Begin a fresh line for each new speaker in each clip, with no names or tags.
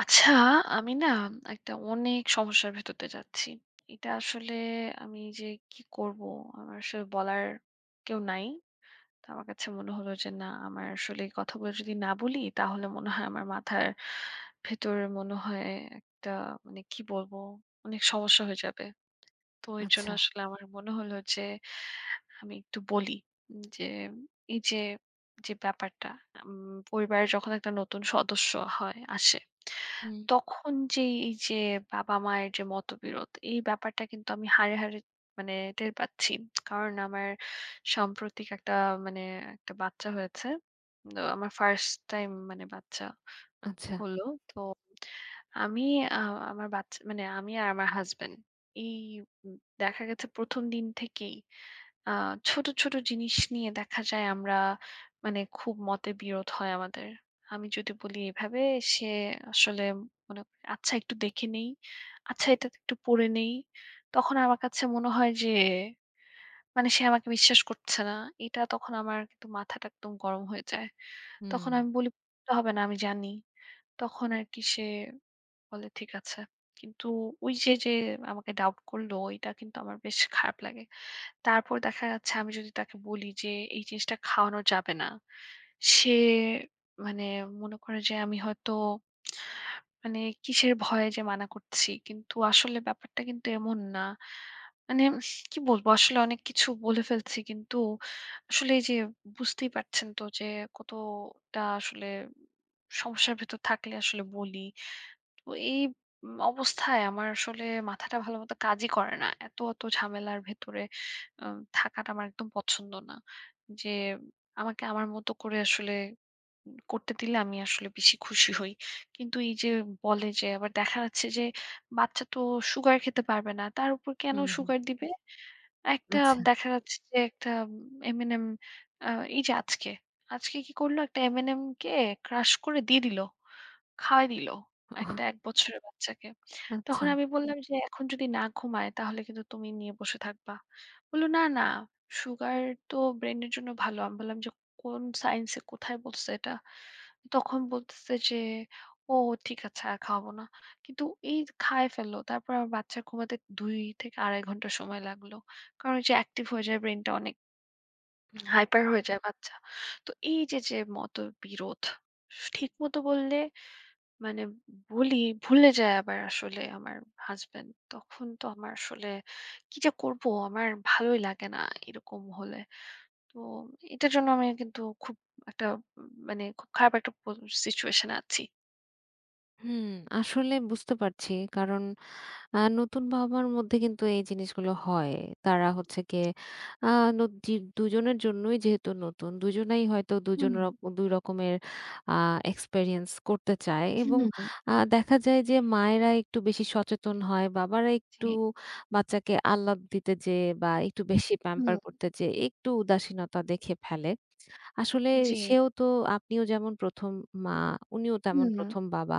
আচ্ছা, আমি না একটা অনেক সমস্যার ভেতর দিয়ে যাচ্ছি। এটা আসলে আমি যে কি করব? আমার আসলে বলার কেউ নাই। তো আমার কাছে মনে হলো যে না আমার আসলে এই কথাগুলো যদি না বলি তাহলে মনে হয় আমার মাথার ভেতর মনে হয় একটা মানে কি বলবো? অনেক সমস্যা হয়ে যাবে। তো এর জন্য
আচ্ছা।
আসলে আমার মনে হলো যে আমি একটু বলি যে এই যে যে ব্যাপারটা পরিবারে যখন একটা নতুন সদস্য হয় আসে
হুম।
তখন যে এই যে বাবা মায়ের যে মতবিরোধ এই ব্যাপারটা কিন্তু আমি হাড়ে হাড়ে মানে টের পাচ্ছি কারণ আমার সাম্প্রতিক একটা মানে একটা বাচ্চা হয়েছে। তো আমার ফার্স্ট টাইম মানে বাচ্চা
আচ্ছা।
হলো। তো আমি আ আমার বাচ্চা মানে আমি আর আমার হাসব্যান্ড এই উম দেখা গেছে ১ম দিন থেকেই আ ছোট, ছোট জিনিস নিয়ে দেখা যায় আমরা মানে খুব মতবিরোধ হয় আমাদের। আমি যদি বলি এভাবে সে আসলে মনে করে আচ্ছা একটু দেখে নেই, আচ্ছা এটা একটু পড়ে নেই। তখন আমার কাছে মনে হয় যে মানে সে আমাকে বিশ্বাস করছে না। এটা তখন আমার কিন্তু মাথাটা একদম গরম হয়ে যায়।
হুম,
তখন আমি বলি "পড়তে হবে না আমি জানি।" তখন আরকি সে বলে ঠিক আছে। কিন্তু ওই যে, আমাকে ডাউট করলো এটা কিন্তু আমার বেশ খারাপ লাগে। তারপর দেখা যাচ্ছে আমি যদি তাকে বলি যে এই জিনিসটা খাওয়ানো যাবে না। সে মানে মনে করে যে আমি হয়তো মানে কিসের ভয়ে যে মানা করছি। কিন্তু আসলে ব্যাপারটা কিন্তু এমন না। মানে কি বলবো আসলে অনেক কিছু বলে ফেলছি কিন্তু আসলে এই যে বুঝতেই পারছেন তো যে কতটা আসলে সমস্যার ভেতর থাকলে আসলে বলি। তো এই অবস্থায় আমার আসলে মাথাটা ভালোমতো কাজই করে না। এত, এত ঝামেলার ভেতরে আ থাকাটা আমার একদম পছন্দ না। যে আমাকে আমার মতো করে আসলে করতে দিলে আমি আসলে বেশি খুশি হই। কিন্তু এই যে বলে যে আবার দেখা যাচ্ছে যে বাচ্চা তো সুগার খেতে পারবে না। তার উপর কেন
হুম, হুম।
সুগার দিবে? একটা
আচ্ছা।
দেখা যাচ্ছে যে একটা M&M আ এই যে আজকে, আজকে কি করলো একটা M&M কে ক্রাশ করে দিয়ে দিল। খাওয়াই দিল
ওহ!
একটা ১ বছরের বাচ্চাকে। তখন
আচ্ছা।
আমি বললাম যে, "এখন যদি না ঘুমায় তাহলে কিন্তু তুমি নিয়ে বসে থাকবা।" বলল, "না, না, সুগার তো ব্রেইনের জন্য ভালো।" আমি বললাম যে, "কোন সায়েন্সে কোথায় বলছে এটা?" তখন বলতেছে যে, "ও ঠিক আছে আর খাওয়াবো না।" কিন্তু এই খায় ফেলল। তারপর আমার বাচ্চার ঘুমাতে ২ থেকে ২.৫ ঘন্টা সময় লাগলো। কারণ ওই যে অ্যাক্টিভ হয়ে যায়, ব্রেইনটা অনেক
হুম,
হাইপার হয়ে যায় বাচ্চা। তো এই যে, মতবিরোধ, ঠিক মতো বললে মানে বলি ভুলে যায় আবার আসলে আমার হাসব্যান্ড। তখন তো আমার আসলে কি যে করবো আমার ভালোই লাগে না এরকম হলে। তো এটার জন্য আমি কিন্তু খুব একটা মানে খুব খারাপ একটা সিচুয়েশন এ আছি।
হুম, আসলে বুঝতে পারছি। কারণ নতুন বাবা-মার মধ্যে কিন্তু এই জিনিসগুলো হয়। তারা হচ্ছে গিয়ে আ ন জি ২ জনের জন্যই যেহেতু নতুন, দুজনেই হয়তো ২
হুম,
জন রক ২ রকমের আ এক্সপেরিয়েন্স করতে চায়
হুম,
এবং দেখা যায় যে মায়েরা একটু বেশি সচেতন হয়, বাবারা
জি,
একটু বাচ্চাকে আহ্লাদ দিতে যেয়ে বা একটু বেশি প্যাম্পার
হুম,
করতে যেয়ে একটু উদাসীনতা দেখে ফেলে। আসলে
জি,
সেও তো আপনিও যেমন ১ম মা, উনিও তেমন
হুম,
১ম বাবা।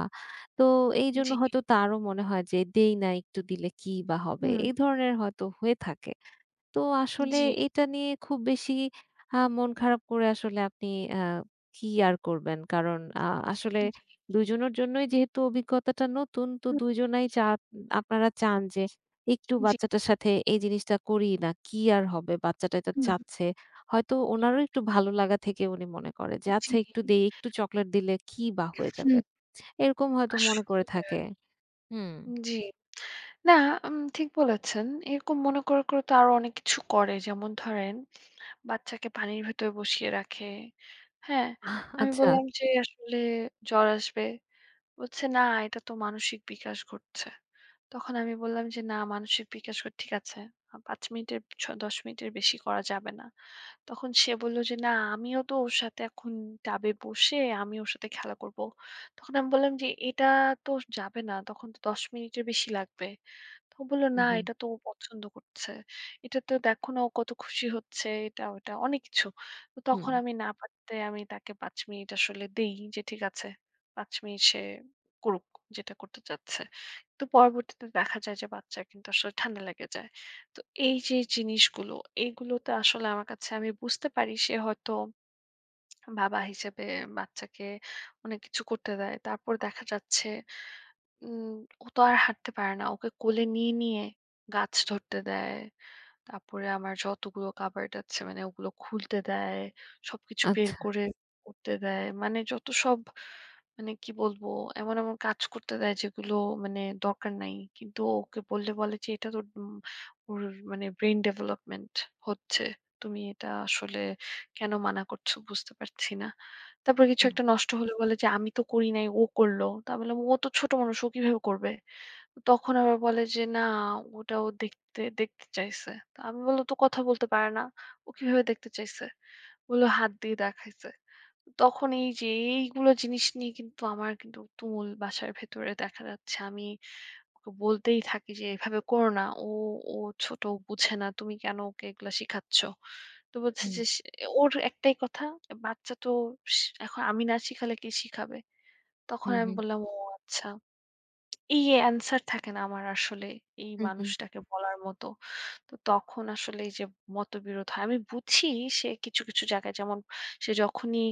তো এইজন্য
জি,
হয়তো তারও মনে হয় যে দেই না একটু দিলে কি বা হবে?
হুম,
এই ধরনের হয়তো হয়ে থাকে। তো আসলে
জি,
এটা নিয়ে খুব বেশি মন খারাপ করে আসলে আপনি আ কি আর করবেন। কারণ আসলে
জি,
২ জনের জন্যই যেহেতু অভিজ্ঞতাটা নতুন, তো
হুম,
২ জনাই আপনারা চান যে একটু
জি,
বাচ্চাটার সাথে এই জিনিসটা করি না। কি আর হবে? বাচ্চাটা এটা
হুম,
চাচ্ছে। হয়তো ওনারও একটু ভালো লাগা থেকে উনি মনে করে যে,
জি।
"আচ্ছা একটু দেই, একটু চকোলেট দিলে কি বা হয়ে যাবে?"
হুম।
এরকম হয়তো মনে করে
আসলে
থাকে। হুম।
জি। না ঠিক বলেছেন। এরকম মনে করে, করে তো আরো অনেক কিছু করে। যেমন ধরেন বাচ্চাকে পানির ভেতর বসিয়ে রাখে। হ্যাঁ? আমি
আচ্ছা।
বললাম যে, "আসলে জ্বর আসবে।" বলছে, "না, এটা তো মানসিক বিকাশ ঘটছে।" তখন আমি বললাম যে, "না, মানসিক বিকাশ ঠিক আছে। ৫ মিনিটের ১০ মিনিটের বেশি করা যাবে না।" তখন সে বলল যে, "না, আমিও তো ওর সাথে এখন টাবে বসে আমি ওর সাথে খেলা করব।" তখন আমি বললাম যে, "এটা তো যাবে না। তখন তো ১০ মিনিটের বেশি লাগবে।" তো বলল,
হুম,
"না,
হুম,
এটা তো ও পছন্দ করছে। এটা তো দেখো না ও কত খুশি হচ্ছে।" এটা ওটা অনেক কিছু। তো
হুম।
তখন আমি না পারতে আমি তাকে ৫ মিনিট আসলে দেই যে ঠিক আছে ৫ মিনিট সে করুক যেটা করতে চাচ্ছে। তো পরবর্তীতে দেখা যায় যে বাচ্চার কিন্তু আসলে ঠান্ডা লেগে যায়। তো এই যে জিনিসগুলো এগুলোতে আসলে আমার কাছে আমি বুঝতে পারি সে হয়তো বাবা হিসেবে বাচ্চাকে অনেক কিছু করতে দেয়। তারপর দেখা যাচ্ছে উম ও তো আর হাঁটতে পারে না। ওকে কোলে নিয়ে, নিয়ে গাছ ধরতে দেয়। তারপরে আমার যতগুলো কাবার্ড আছে মানে ওগুলো খুলতে দেয়। সবকিছু বের
আচ্ছা।
করে করতে দেয়। মানে যত সব মানে কি বলবো? এমন, এমন কাজ করতে দেয় যেগুলো মানে দরকার নাই। কিন্তু ওকে বললে বলে যে এটা তো ওর মানে ব্রেইন ডেভেলপমেন্ট হচ্ছে। তুমি এটা আসলে কেন মানা করছো বুঝতে পারছি না। তারপরে কিছু
হুম,
একটা নষ্ট হলে বলে যে আমি তো করি নাই ও করল। তা বললাম ও তো ছোট মানুষ ও কিভাবে করবে? তখন আবার বলে যে, "না, ওটাও দেখতে দেখতে চাইছে।" তো আমি বললাম, "তো কথা বলতে পারে না। ও কিভাবে দেখতে চাইছে?" বললো, "হাত দিয়ে দেখাইছে।" তখন এই যে এইগুলো জিনিস নিয়ে কিন্তু আমার কিন্তু তুমুল বাসার ভেতরে দেখা যাচ্ছে আমি ওকে বলতেই থাকি যে, "এভাবে করো না। ও ও ছোট, ও বুঝে না। তুমি কেন ওকে এগুলা শিখাচ্ছ?" তো বলছে
হুম,
যে সে ওর একটাই কথা, "বাচ্চা তো স এখন আমি না শিখালে কে শিখাবে?" তখন আমি
হুম,
বললাম, "ও আচ্ছা।" এই answer থাকে না আমার আসলে এই
হুম, হুম।
মানুষটাকে বলার মতো। তো তখন আসলে এই যে মতবিরোধ হয়। আমি বুঝি সে কিছু, কিছু জায়গায় যেমন সে যখনই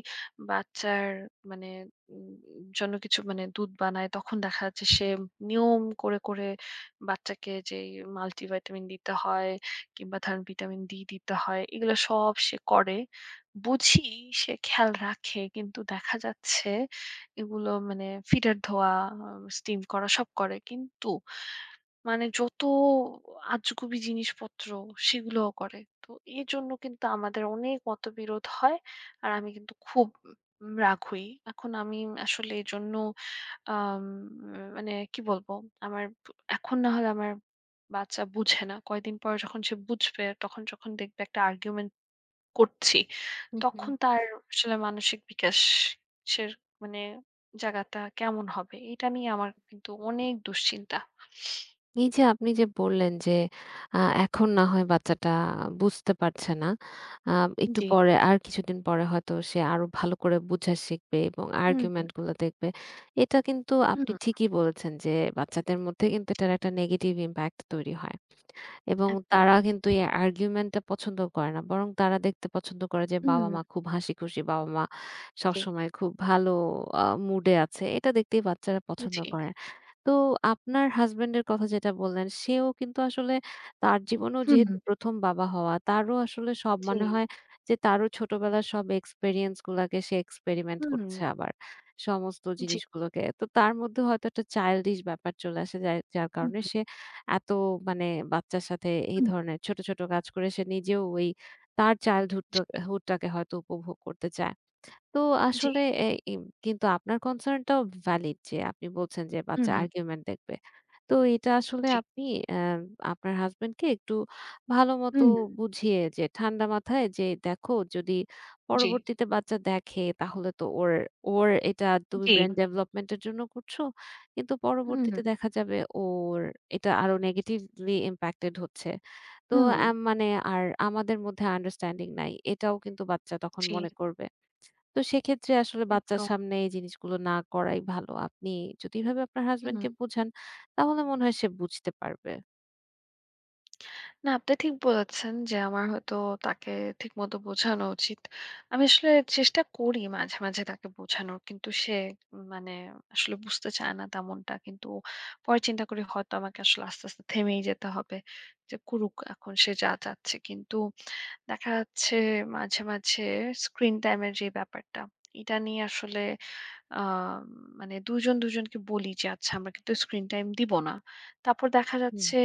বাচ্চার মানে উম জন্য কিছু মানে দুধ বানায় তখন দেখা যাচ্ছে সে নিয়ম করে, করে বাচ্চাকে যেই মাল্টিভিটামিন দিতে হয় কিংবা ধরেন ভিটামিন ডি দিতে হয় এগুলো সব সে করে। বুঝি সে খেয়াল রাখে কিন্তু দেখা যাচ্ছে এগুলো মানে ফিডার ধোয়া, স্টিম করা সব করে। কিন্তু মানে যত আজগুবি জিনিসপত্র সেগুলোও করে। তো এজন্য কিন্তু আমাদের অনেক মতবিরোধ হয়। আর আমি কিন্তু খুব রাগ হই। এখন আমি আসলে এজন্য আম মানে কি বলবো? আমার এখন না হলে আমার বাচ্চা বুঝে না। কয়েকদিন পরে যখন সে বুঝবে তখন যখন দেখবে একটা আর্গুমেন্ট করছি,
হুম, হুম।
তখন তার আসলে মানসিক বিকাশের মানে জায়গাটা কেমন হবে? এটা নিয়ে আমার কিন্তু অনেক দুশ্চিন্তা।
এই যে আপনি যে বললেন যে আ এখন না হয় বাচ্চাটা বুঝতে পারছে না। আ একটু
জি।
পরে আর কিছুদিন পরে হয়তো সে আরো ভালো করে বুঝা শিখবে এবং
হুম, হুম,
আর্গুমেন্ট গুলো দেখবে। এটা কিন্তু আপনি ঠিকই বলেছেন যে বাচ্চাদের মধ্যে কিন্তু
জি,
এটার একটা নেগেটিভ ইমপ্যাক্ট তৈরি হয়। এবং
একদম।
তারা কিন্তু এই আর্গুমেন্টটা পছন্দ করে না। বরং তারা দেখতে পছন্দ করে যে
হুম,
বাবা-মা খুব হাসিখুশি, বাবা-মা
জি,
সবসময় খুব ভালো মুড এ আছে। এটা দেখতেই বাচ্চারা পছন্দ
জি,
করে। তো আপনার হাসব্যান্ডের কথা যেটা বললেন, সেও কিন্তু আসলে তার জীবনেও
হুম,
যেহেতু ১ম বাবা হওয়া, তারও আসলে সব
জি,
মনে হয় যে তারও ছোটবেলার সব এক্সপেরিয়েন্স গুলাকে সে এক্সপেরিমেন্ট
হুম,
করছে আবার। সমস্ত
জি,
জিনিসগুলোকে। তো তার মধ্যে হয়তো একটা চাইল্ডিশ ব্যাপার চলে আসে যার যার
হুম,
কারণে সে এত মানে বাচ্চার সাথে এই
হুম,
ধরনের ছোট, ছোট কাজ করে সে নিজেও ওই তার চাইল্ডহুড টা
জি,
হুড টাকে হয়তো উপভোগ করতে চায়। তো
জি,
আসলে এ ইম কিন্তু আপনার কনসার্ন টাও ভ্যালিড যে আপনি বলছেন যে বাচ্চা
হুম,
আর্গুমেন্ট দেখবে। তো এটা আসলে
জি,
আপনি অ্যা আপনার হাসব্যান্ডকে একটু ভালোমতো
হুম,
বুঝিয়ে যে ঠান্ডা মাথায় যে দেখো যদি
জি,
পরবর্তীতে বাচ্চা দেখে তাহলে তো ওর ওর এটা তুমি
জি,
ব্রেইন ডেভেলপমেন্ট এর জন্য করছো। কিন্তু
হুম,
পরবর্তীতে দেখা যাবে ওর এটা আরো নেগেটিভলি ইমপ্যাক্টেড হচ্ছে। তো
হুম,
মানে আর আমাদের মধ্যে আন্ডারস্ট্যান্ডিং নাই। এটাও কিন্তু বাচ্চা তখন
জি,
মনে করবে। তো সেক্ষেত্রে আসলে বাচ্চার
একদম।
সামনে এই জিনিসগুলো না করাই ভালো। আপনি যদি এভাবে আপনার
হুম।
হাসব্যান্ডকে বোঝান, তাহলে মনে হয় সে বুঝতে পারবে।
না, আপনি ঠিক বলেছেন যে আমার হয়তো তাকে ঠিকমতো বোঝানো উচিত। আমি আসলে চেষ্টা করি মাঝে, মাঝে তাকে বোঝানোর। কিন্তু সে মানে আসলে বুঝতে চায় না তেমনটা। কিন্তু পরে চিন্তা করি হয়তো আমাকে আসলে আস্তে, আস্তে থেমেই যেতে হবে। যে করুক এখন সে যা চাচ্ছে। কিন্তু দেখা যাচ্ছে মাঝে, মাঝে স্ক্রিন টাইম এর যে ব্যাপারটা, এটা নিয়ে আসলে আ মানে দুজন, দুজনকে বলি যে, "আচ্ছা আমরা কিন্তু স্ক্রিন টাইম দিব না।" তারপর দেখা
হুম,
যাচ্ছে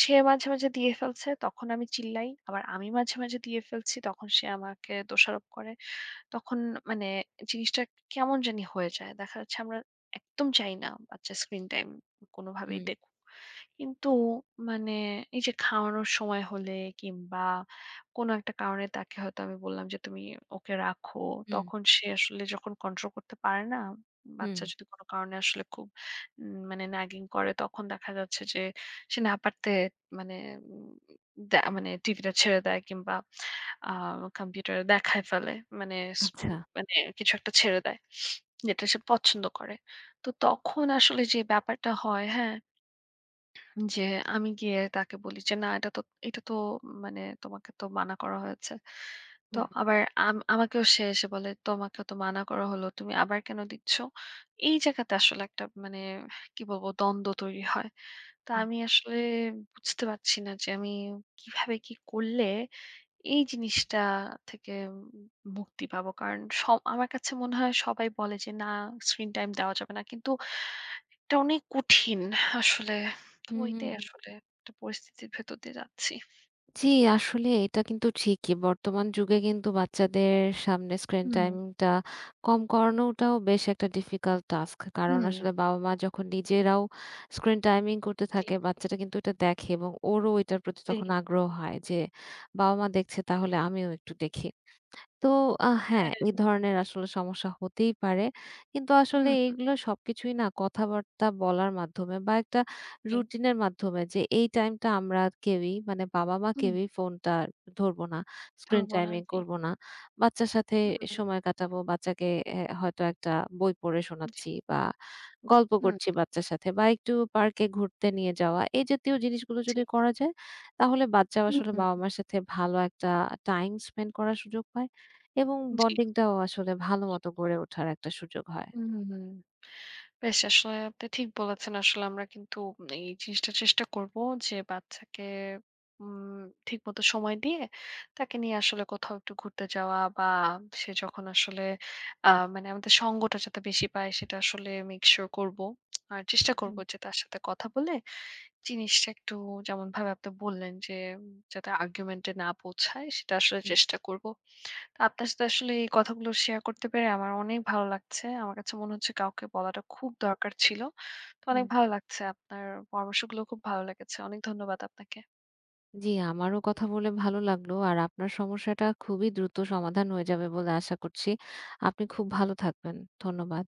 সে মাঝে, মাঝে দিয়ে ফেলছে, তখন আমি চিল্লাই। আবার আমি মাঝে, মাঝে দিয়ে ফেলছি, তখন সে আমাকে দোষারোপ করে। তখন মানে জিনিসটা কেমন জানি হয়ে যায়। দেখা যাচ্ছে আমরা একদম চাই না বাচ্চা স্ক্রিন টাইম কোনোভাবেই
হুম,
দেখুক। কিন্তু মানে এই যে খাওয়ানোর সময় হলে কিংবা কোনো একটা কারণে তাকে হয়তো আমি বললাম যে তুমি ওকে রাখো।
হুম,
তখন সে আসলে যখন কন্ট্রোল করতে পারে না,
হুম।
বাচ্চা যদি কোনো কারণে আসলে খুব মানে nagging করে তখন দেখা যাচ্ছে যে সে না পারতে মানে উম মানে টিভিটা ছেড়ে দেয় কিংবা আ কম্পিউটারে দেখায় ফেলে। মানে স
আচ্ছা।
মানে কিছু একটা ছেড়ে দেয় যেটা সে পছন্দ করে। তো তখন আসলে যে ব্যাপারটা হয় হ্যাঁ? যে আমি গিয়ে তাকে বলি যে, "না এটা তো এটা তো মানে তোমাকে তো মানা করা হয়েছে।" তো
হুম,
আবার আমাকেও সে এসে বলে, "তোমাকে তো মানা করা হলো। তুমি আবার কেন দিচ্ছ?" এই জায়গাতে আসলে একটা মানে কি বলবো দ্বন্দ্ব তৈরি হয়। তো
হুম,
আমি আসলে বুঝতে পারছি না যে আমি কিভাবে কি করলে এই জিনিসটা থেকে মুক্তি পাবো। কারণ আমার কাছে মনে হয় সবাই বলে যে, "না স্ক্রিন টাইম দেওয়া যাবে না।" কিন্তু এটা অনেক কঠিন আসলে। তো
হুম, হুম,
ওইটাই
হুম।
আসলে একটা পরিস্থিতির ভেতর দিয়ে যাচ্ছি।
জি, আসলে এটা কিন্তু ঠিকই। বর্তমান যুগে কিন্তু বাচ্চাদের সামনে স্ক্রিন
হুম,
টাইমটা কম করানোটাও বেশ একটা ডিফিকাল্ট টাস্ক। কারণ
হুম।
আসলে বাবা-মা যখন নিজেরাও স্ক্রিন টাইমিং করতে
জি,
থাকে, বাচ্চাটা কিন্তু এটা দেখে এবং ওরও এটার প্রতি
জি।
তখন আগ্রহ হয় যে, বাবা-মা দেখছে তাহলে আমিও একটু দেখি। তো হ্যাঁ,
হ্যাঁ,
এ ধরনের আসলে সমস্যা হতেই পারে। কিন্তু আসলে
হুম,
এইগুলো সবকিছুই না কথাবার্তা বলার মাধ্যমে বা একটা
জি।
রুটিনের মাধ্যমে যে এই টাইমটা আমরা কেউই মানে বাবা-মা
হুম।
কেউই ফোনটা ধরবো না, স্ক্রিন
ধরবো না।
টাইমিং
জি।
করব না। বাচ্চার সাথে
হুম,
সময় কাটাবো। বাচ্চাকে হয়তো একটা বই পড়ে
জি,
শোনাচ্ছি বা গল্প
হুম,
করছি বাচ্চার সাথে বা একটু পার্কে ঘুরতে নিয়ে যাওয়া। এই জাতীয় জিনিসগুলো
জি,
যদি করা যায় তাহলে বাচ্চা আসলে
হুম,
বাবা-মার সাথে ভালো একটা টাইম স্পেন্ড করার সুযোগ পায়। এবং
জি।
বন্ডিংটাও আসলে ভালো মতো গড়ে ওঠার একটা সুযোগ হয়।
হুম, হুম। বেশ আসলে আপনি ঠিক বলেছেন। আসলে আমরা কিন্তু এই জিনিসটা চেষ্টা করব যে বাচ্চাকে উম ঠিকমতো সময় দিয়ে তাকে নিয়ে আসলে কোথাও একটু ঘুরতে যাওয়া বা সে যখন আসলে আ মানে আমাদের সঙ্গটা যাতে বেশি পায় সেটা আসলে মেক সিউর করব। আর চেষ্টা করব
হুম,
যে তার সাথে কথা বলে জিনিসটা একটু যেমনভাবে আপনি বললেন যে যাতে আর্গুমেন্ট এ না পৌঁছায় সেটা আসলে
হুম,
চেষ্টা করব। আপনার সাথে আসলে এই কথাগুলো শেয়ার করতে পেরে আমার অনেক ভালো লাগছে। আমার কাছে মনে হচ্ছে কাউকে বলাটা খুব দরকার ছিল। তো
হুম।
অনেক ভালো লাগছে। আপনার পরামর্শগুলো খুব ভালো লেগেছে। অনেক ধন্যবাদ আপনাকে।
জি, আমারও কথা বলে ভালো লাগলো। আর আপনার সমস্যাটা খুবই দ্রুত সমাধান হয়ে যাবে বলে আশা করছি। আপনি খুব ভালো থাকবেন। ধন্যবাদ।